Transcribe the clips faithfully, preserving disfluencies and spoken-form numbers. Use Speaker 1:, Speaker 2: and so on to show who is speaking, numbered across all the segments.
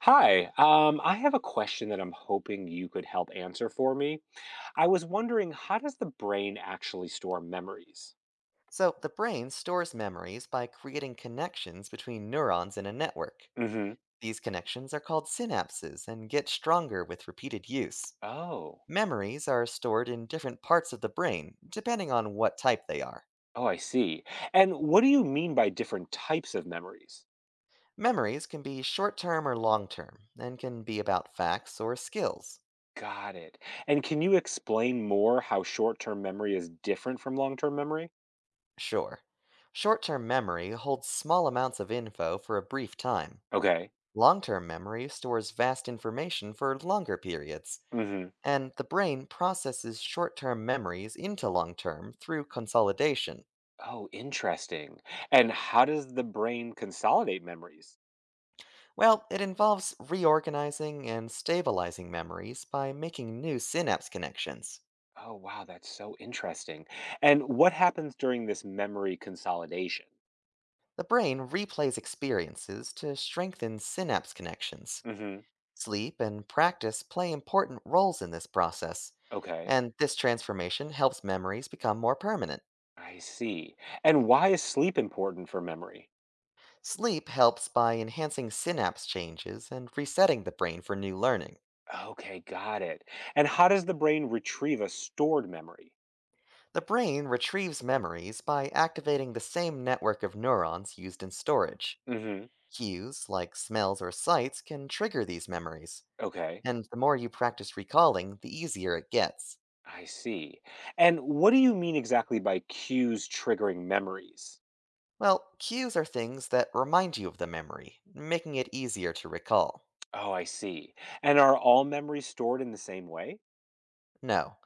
Speaker 1: Hi, um, I have a question that I'm hoping you could help answer for me. I was wondering, how does the brain actually store memories?
Speaker 2: So, the brain stores memories by creating connections between neurons in a network.
Speaker 1: Hmm.
Speaker 2: These connections are called synapses and get stronger with repeated use.
Speaker 1: Oh.
Speaker 2: Memories are stored in different parts of the brain, depending on what type they are.
Speaker 1: Oh, I see. And what do you mean by different types of memories?
Speaker 2: Memories can be short term or long term, and can be about facts or skills.
Speaker 1: Got it. And can you explain more how short-term memory is different from long-term memory?
Speaker 2: Sure. Short term memory holds small amounts of info for a brief time.
Speaker 1: Okay.
Speaker 2: Long term memory stores vast information for longer periods.
Speaker 1: Hmm.
Speaker 2: And the brain processes short term memories into long term through consolidation.
Speaker 1: Oh, interesting. And how does the brain consolidate memories?
Speaker 2: Well, it involves reorganizing and stabilizing memories by making new synapse connections.
Speaker 1: Oh, wow, that's so interesting. And what happens during this memory consolidation?
Speaker 2: The brain replays experiences to strengthen synapse connections.
Speaker 1: Hmm.
Speaker 2: Sleep and practice play important roles in this process,
Speaker 1: Okay,
Speaker 2: and this transformation helps memories become more permanent.
Speaker 1: I see. And why is sleep important for memory?
Speaker 2: Sleep helps by enhancing synapse changes and resetting the brain for new learning.
Speaker 1: Okay, got it. And how does the brain retrieve a stored memory?
Speaker 2: The brain retrieves memories by activating the same network of neurons used in storage.
Speaker 1: Hmm.
Speaker 2: Cues, like smells or sights, can trigger these memories,
Speaker 1: Okay,
Speaker 2: and the more you practice recalling, the easier it gets.
Speaker 1: I see. And what do you mean exactly by cues triggering memories?
Speaker 2: Well, cues are things that remind you of the memory, making it easier to recall.
Speaker 1: Oh, I see. And are all memories stored in the same way?
Speaker 2: No,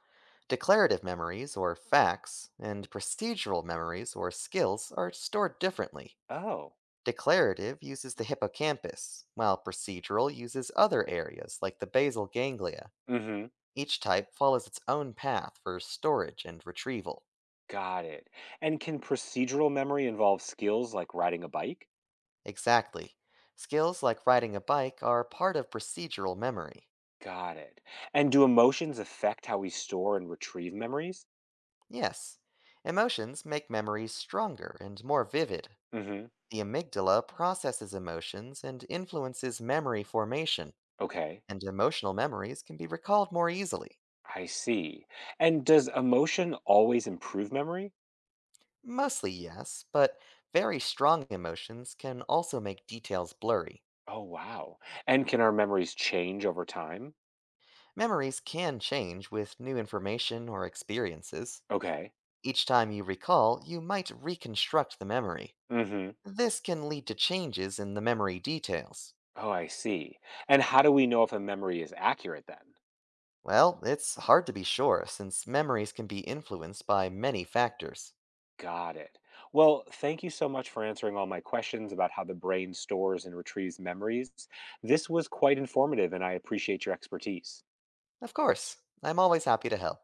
Speaker 2: declarative memories, or facts, and procedural memories, or skills, are stored differently.
Speaker 1: Oh,
Speaker 2: Declarative uses the hippocampus, while procedural uses other areas like the basal ganglia.
Speaker 1: hmm,
Speaker 2: Each type follows its own path for storage and retrieval.
Speaker 1: got it. And can procedural memory involve skills like riding a bike?
Speaker 2: Exactly. Skills like riding a bike are part of procedural memory.
Speaker 1: Got it. And do emotions affect how we store and retrieve memories?
Speaker 2: Yes. Emotions make memories stronger and more vivid.
Speaker 1: Hmm.
Speaker 2: The amygdala processes emotions and influences memory formation,
Speaker 1: Okay,
Speaker 2: and emotional memories can be recalled more easily.
Speaker 1: I see. And does emotion always improve memory?
Speaker 2: Mostly yes, but very strong emotions can also make details blurry.
Speaker 1: Oh, wow. And can our memories change over time?
Speaker 2: Memories can change with new information or experiences.
Speaker 1: Okay.
Speaker 2: Each time you recall, you might reconstruct the memory.
Speaker 1: Hmm.
Speaker 2: This can lead to changes in the memory details.
Speaker 1: Oh, I see. And how do we know if a memory is accurate then?
Speaker 2: Well, it's hard to be sure since memories can be influenced by many factors.
Speaker 1: Got it. Well, thank you so much for answering all my questions about how the brain stores and retrieves memories. This was quite informative, and I appreciate your expertise.
Speaker 2: Of course, I'm always happy to help.